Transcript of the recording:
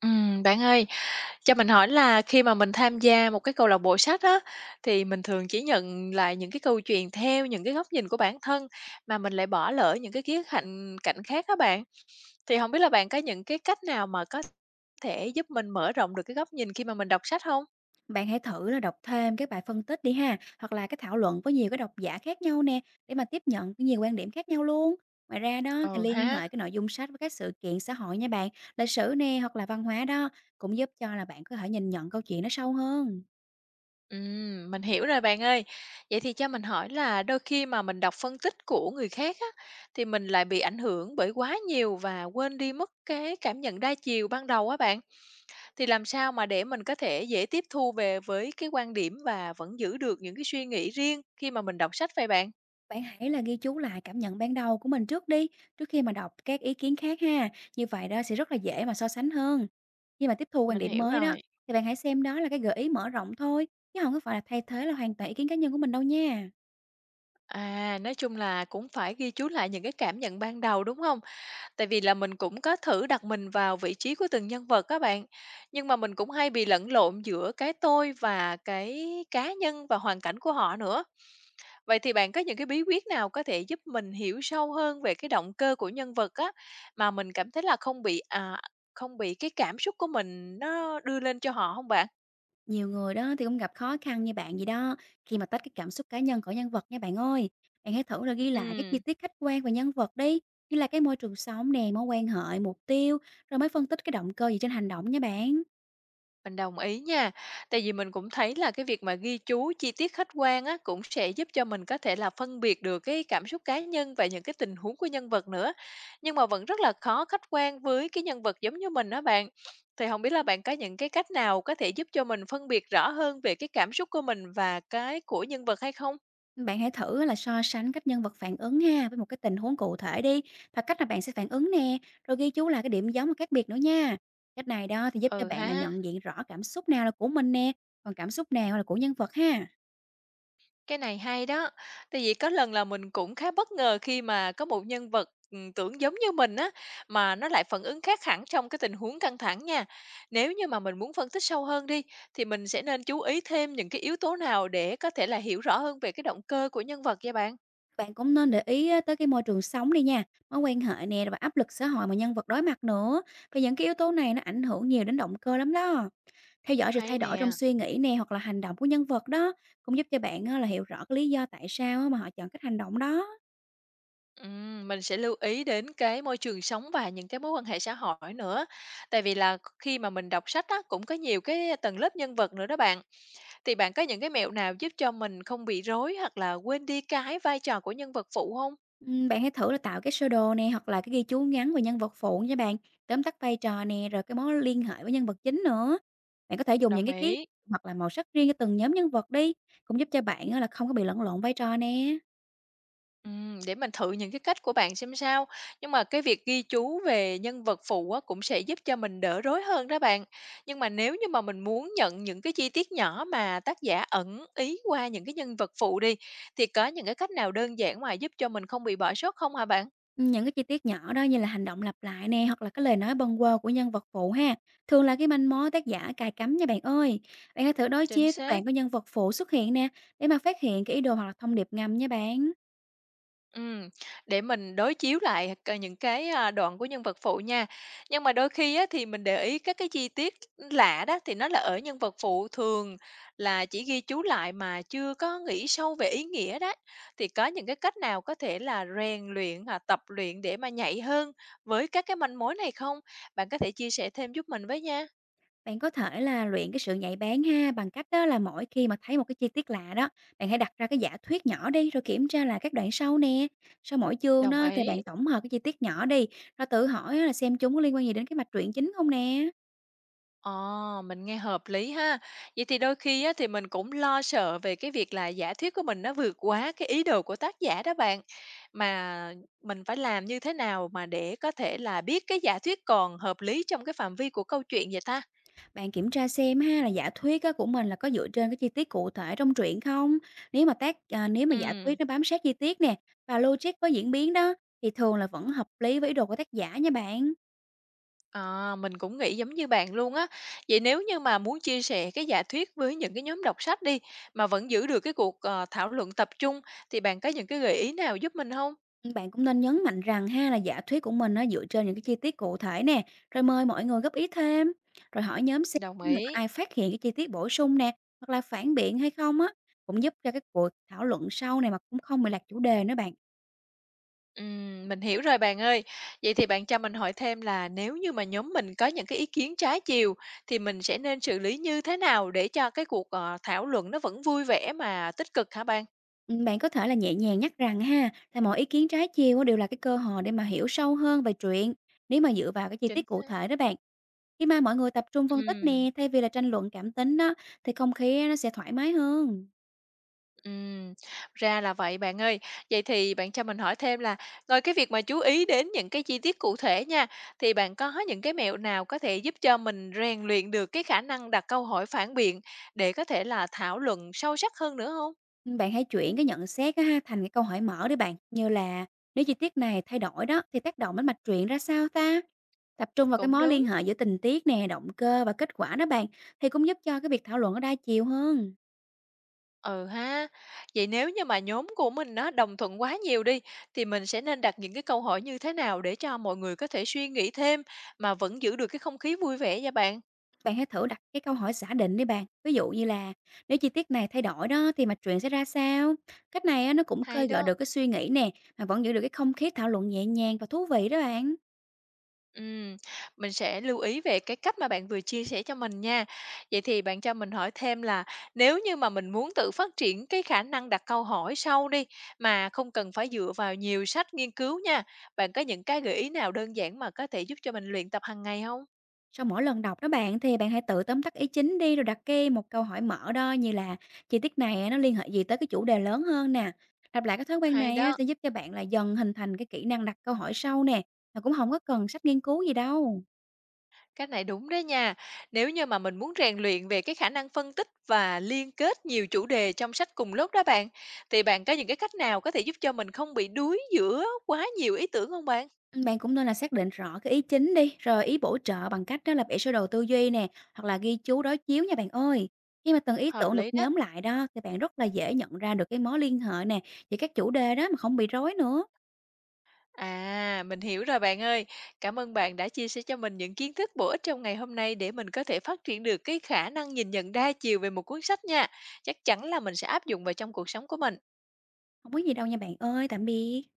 Bạn ơi, cho mình hỏi là khi mà mình tham gia một cái câu lạc bộ sách á, thì mình thường chỉ nhận lại những cái câu chuyện theo những cái góc nhìn của bản thân mà mình lại bỏ lỡ những cái khía cạnh cạnh khác á bạn. Thì không biết là bạn có những cái cách nào mà có thể giúp mình mở rộng được cái góc nhìn khi mà mình đọc sách không? Bạn hãy thử là đọc thêm các bài phân tích đi ha, hoặc là cái thảo luận với nhiều cái độc giả khác nhau nè, để mà tiếp nhận cái nhiều quan điểm khác nhau luôn. Ngoài ra đó thì Ừ liên ha, hệ cái nội dung sách với các sự kiện xã hội nha bạn, lịch sử nè hoặc là văn hóa đó cũng giúp cho là bạn có thể nhìn nhận câu chuyện nó sâu hơn. Mình hiểu rồi bạn ơi. Vậy thì cho mình hỏi là đôi khi mà mình đọc phân tích của người khác á, thì mình lại bị ảnh hưởng bởi quá nhiều và quên đi mất cái cảm nhận đa chiều ban đầu á bạn. Thì làm sao mà để mình có thể dễ tiếp thu về với cái quan điểm và vẫn giữ được những cái suy nghĩ riêng khi mà mình đọc sách vậy bạn? Bạn hãy là ghi chú lại cảm nhận ban đầu của mình trước đi, trước khi mà đọc các ý kiến khác ha. Như vậy đó sẽ rất là dễ mà so sánh hơn. Khi mà tiếp thu quan Mình điểm hiểu mới đó rồi. thì bạn hãy xem đó là cái gợi ý mở rộng thôi, chứ không có phải là thay thế là hoàn toàn ý kiến cá nhân của mình đâu nha. À, nói chung là cũng phải ghi chú lại những cái cảm nhận ban đầu đúng không? Tại vì là mình cũng có thử đặt mình vào vị trí của từng nhân vật các bạn. Nhưng mà mình cũng hay bị lẫn lộn giữa cái tôi và cái cá nhân và hoàn cảnh của họ nữa. Vậy thì bạn có những cái bí quyết nào có thể giúp mình hiểu sâu hơn về cái động cơ của nhân vật á, mà mình cảm thấy là không không bị cái cảm xúc của mình nó đưa lên cho họ không bạn? Nhiều người đó thì cũng gặp khó khăn như bạn gì đó, khi mà tách cái cảm xúc cá nhân khỏi nhân vật nha bạn ơi. Bạn hãy thử là ghi lại cái Ừm. chi tiết khách quan về nhân vật đi, như là cái môi trường sống nè, mối quan hệ, mục tiêu, rồi mới phân tích cái động cơ gì trên hành động nha bạn. Mình đồng ý nha. Tại vì mình cũng thấy là cái việc mà ghi chú chi tiết khách quan á, cũng sẽ giúp cho mình có thể là phân biệt được cái cảm xúc cá nhân và những cái tình huống của nhân vật nữa. Nhưng mà vẫn rất là khó khách quan với cái nhân vật giống như mình đó bạn. Thì không biết là bạn có những cái cách nào có thể giúp cho mình phân biệt rõ hơn về cái cảm xúc của mình và cái của nhân vật hay không? Bạn hãy thử là so sánh cách nhân vật phản ứng ha với một cái tình huống cụ thể đi, và cách là bạn sẽ phản ứng nè, rồi ghi chú là cái điểm giống và khác biệt nữa nha. Cách này đó thì giúp cho Ừ bạn là ha. nhận diện rõ cảm xúc nào là của mình nè, còn cảm xúc nào là của nhân vật ha. Cái này hay đó. Tại vì có lần là mình cũng khá bất ngờ khi mà có một nhân vật, tưởng giống như mình á, mà nó lại phản ứng khác hẳn trong cái tình huống căng thẳng nha. Nếu như mà mình muốn phân tích sâu hơn đi, thì mình sẽ nên chú ý thêm những cái yếu tố nào để có thể là hiểu rõ hơn về cái động cơ của nhân vật vậy bạn? Bạn cũng nên để ý á, tới cái môi trường sống đi nha, mối quan hệ nè và áp lực xã hội mà nhân vật đối mặt nữa. Vì những cái yếu tố này nó ảnh hưởng nhiều đến động cơ lắm đó. Theo dõi sự Hay thay đổi nè. trong suy nghĩ nè hoặc là hành động của nhân vật đó cũng giúp cho bạn á, là hiểu rõ cái lý do tại sao á, mà họ chọn cách hành động đó. Mình sẽ lưu ý đến cái môi trường sống và những cái mối quan hệ xã hội nữa. Tại vì là khi mà mình đọc sách á, cũng có nhiều cái tầng lớp nhân vật nữa đó bạn. Thì bạn có những cái mẹo nào giúp cho mình không bị rối hoặc là quên đi cái vai trò của nhân vật phụ không? Bạn hãy thử là tạo cái sơ đồ nè hoặc là cái ghi chú ngắn về nhân vật phụ nha bạn, tóm tắt vai trò nè rồi cái mối liên hệ với nhân vật chính nữa. Bạn có thể dùng những Đồng cái ký ý. hoặc là màu sắc riêng cho từng nhóm nhân vật đi, cũng giúp cho bạn á, là không có bị lẫn lộn vai trò nè. Để mình thử những cái cách của bạn xem sao. Nhưng mà cái việc ghi chú về nhân vật phụ á, cũng sẽ giúp cho mình đỡ rối hơn đó bạn. Nhưng mà nếu như mà mình muốn nhận những cái chi tiết nhỏ mà tác giả ẩn ý qua những cái nhân vật phụ đi, thì có những cái cách nào đơn giản mà giúp cho mình không bị bỏ sót không hả bạn? Những cái chi tiết nhỏ đó như là hành động lặp lại nè, hoặc là cái lời nói bâng quơ của nhân vật phụ ha, thường là cái manh mối tác giả cài cắm nha bạn ơi. Bạn hãy thử đối Chính chiếu các xác. đoạn của nhân vật phụ xuất hiện nè, để mà phát hiện cái ý đồ hoặc là thông điệp ngầm nha bạn. Ừm, để mình đối chiếu lại c những cái, a, đoạn của nhân vật phụ nha. Nhưng mà đôi khi á, thì mình để ý các cái chi tiết lạ đó, thì nó là ở nhân vật phụ thường là chỉ ghi chú lại mà chưa có nghĩ sâu về ý nghĩa đó. Thì có những cái cách nào có thể là rèn luyện hoặc tập luyện để mà nhạy hơn với các cái manh mối này không? Bạn có thể chia sẻ thêm giúp mình với nha. Bạn có thể là luyện cái sự nhạy bén ha, bằng cách đó là mỗi khi mà thấy một cái chi tiết lạ đó, bạn hãy đặt ra cái giả thuyết nhỏ đi, rồi kiểm tra là các đoạn sau nè. Sau mỗi chương Đồng đó thì ý. bạn tổng hợp cái chi tiết nhỏ đi, rồi tự hỏi á là xem chúng có liên quan gì đến cái mạch truyện chính không nè. Ờ, mình nghe hợp lý ha. Vậy thì đôi khi á, thì mình cũng lo sợ về cái việc là giả thuyết của mình nó vượt quá cái ý đồ của tác giả đó bạn. Mà mình phải làm như thế nào mà để có thể là biết cái giả thuyết còn hợp lý trong cái phạm vi của câu chuyện vậy ta? Bạn kiểm tra xem ha là giả thuyết á của mình là có dựa trên cái chi tiết cụ thể trong truyện không? Nếu mà giả Ừm, thuyết nó bám sát chi tiết nè và logic có diễn biến đó thì thường là vẫn hợp lý với ý đồ của tác giả nha bạn. À, mình cũng nghĩ giống như bạn luôn á. Vậy nếu như mà muốn chia sẻ cái giả thuyết với những cái nhóm đọc sách đi mà vẫn giữ được cái thảo luận tập trung thì bạn có những cái gợi ý nào giúp mình không? Bạn cũng nên nhấn mạnh rằng ha là giả thuyết của mình nó dựa trên những cái chi tiết cụ thể nè, rồi mời mọi người góp ý thêm, rồi hỏi nhóm xem Đồng là có ý. ai phát hiện cái chi tiết bổ sung nè hoặc là phản biện hay không á, cũng giúp cho cái cuộc thảo luận sau này mà cũng không bị lạc chủ đề nữa bạn. Mình hiểu rồi bạn ơi. Vậy thì bạn cho mình hỏi thêm là nếu như mà nhóm mình có những cái ý kiến trái chiều thì mình sẽ nên xử lý như thế nào để cho cái thảo luận nó vẫn vui vẻ mà tích cực hả bạn? Bạn có thể là nhẹ nhàng nhắc rằng ha, là mọi ý kiến trái chiều á đều là cái cơ hội để mà hiểu sâu hơn về chuyện. Nếu mà dựa vào cái chi Chính tiết cụ xác. thể đó bạn, khi mà mọi người tập trung phân tích Ừm, nè, thay vì là tranh luận cảm tính đó, thì không khí á, nó sẽ thoải mái hơn. ừm, ra là vậy bạn ơi. Vậy thì bạn cho mình hỏi thêm là ngoài cái việc mà chú ý đến những cái chi tiết cụ thể nha, thì bạn có những cái mẹo nào có thể giúp cho mình rèn luyện được cái khả năng đặt câu hỏi phản biện để có thể là thảo luận sâu sắc hơn nữa không? Bạn hãy chuyển cái nhận xét á ha thành cái câu hỏi mở đi bạn, như là nếu chi tiết này thay đổi đó thì tác động đến mạch truyện ra sao ta? Tập trung vào cái Cũng mối liên đúng. hệ giữa tình tiết nè, động cơ và kết quả đó bạn, thì cũng giúp cho cái việc thảo luận nó đa chiều hơn. Ừ ha. Vậy nếu như mà nhóm của mình nó đồng thuận quá nhiều đi, thì mình sẽ nên đặt những cái câu hỏi như thế nào để cho mọi người có thể suy nghĩ thêm mà vẫn giữ được cái không khí vui vẻ nha bạn? Bạn hãy thử đặt cái câu hỏi giả định đi bạn. Ví dụ như là nếu chi tiết này thay đổi đó thì mạch truyện sẽ ra sao? Cách này á, nó cũng Hay khơi gợi đó. được cái suy nghĩ nè, mà vẫn giữ được cái không khí thảo luận nhẹ nhàng và thú vị đó bạn. Ừm, mình sẽ lưu ý về cái cách mà bạn vừa chia sẻ cho mình nha. Vậy thì bạn cho mình hỏi thêm là nếu như mà mình muốn tự phát triển cái khả năng đặt câu hỏi sau đi mà không cần phải dựa vào nhiều sách nghiên cứu nha, bạn có những cái gợi ý nào đơn giản mà có thể giúp cho mình luyện tập hàng ngày không? Sau mỗi lần đọc đó bạn thì bạn hãy tự tóm tắt ý chính đi rồi đặt cái một câu hỏi mở đó như là chi tiết này á, nó liên hệ gì tới cái chủ đề lớn hơn nè. Lặp lại cái thói quen Hay này á, đó. sẽ giúp cho bạn là dần hình thành cái kỹ năng đặt câu hỏi sâu nè, mà cũng không có cần sách nghiên cứu gì đâu. Cái này đúng đấy nha. Nếu như mà mình muốn rèn luyện về cái khả năng phân tích và liên kết nhiều chủ đề trong sách cùng lúc đó bạn, thì bạn có những cái cách nào có thể giúp cho mình không bị đuối giữa quá nhiều ý tưởng không bạn? Bạn cũng nên là xác định rõ cái ý chính đi, rồi ý bổ trợ bằng cách đó là vẽ sơ đồ tư duy nè, hoặc là ghi chú đối chiếu nha bạn ơi. Khi mà từng ý Hợp tưởng được lý đó. nhóm lại đó thì bạn rất là dễ nhận ra được cái mối liên hệ nè, về các chủ đề đó mà không bị rối nữa. À, mình hiểu rồi bạn ơi. Cảm ơn bạn đã chia sẻ cho mình những kiến thức bổ ích trong ngày hôm nay để mình có thể phát triển được cái khả năng nhìn nhận đa chiều về một cuốn sách nha. Chắc chắn là mình sẽ áp dụng vào trong cuộc sống của mình. Không có gì đâu nha bạn ơi, tạm biệt.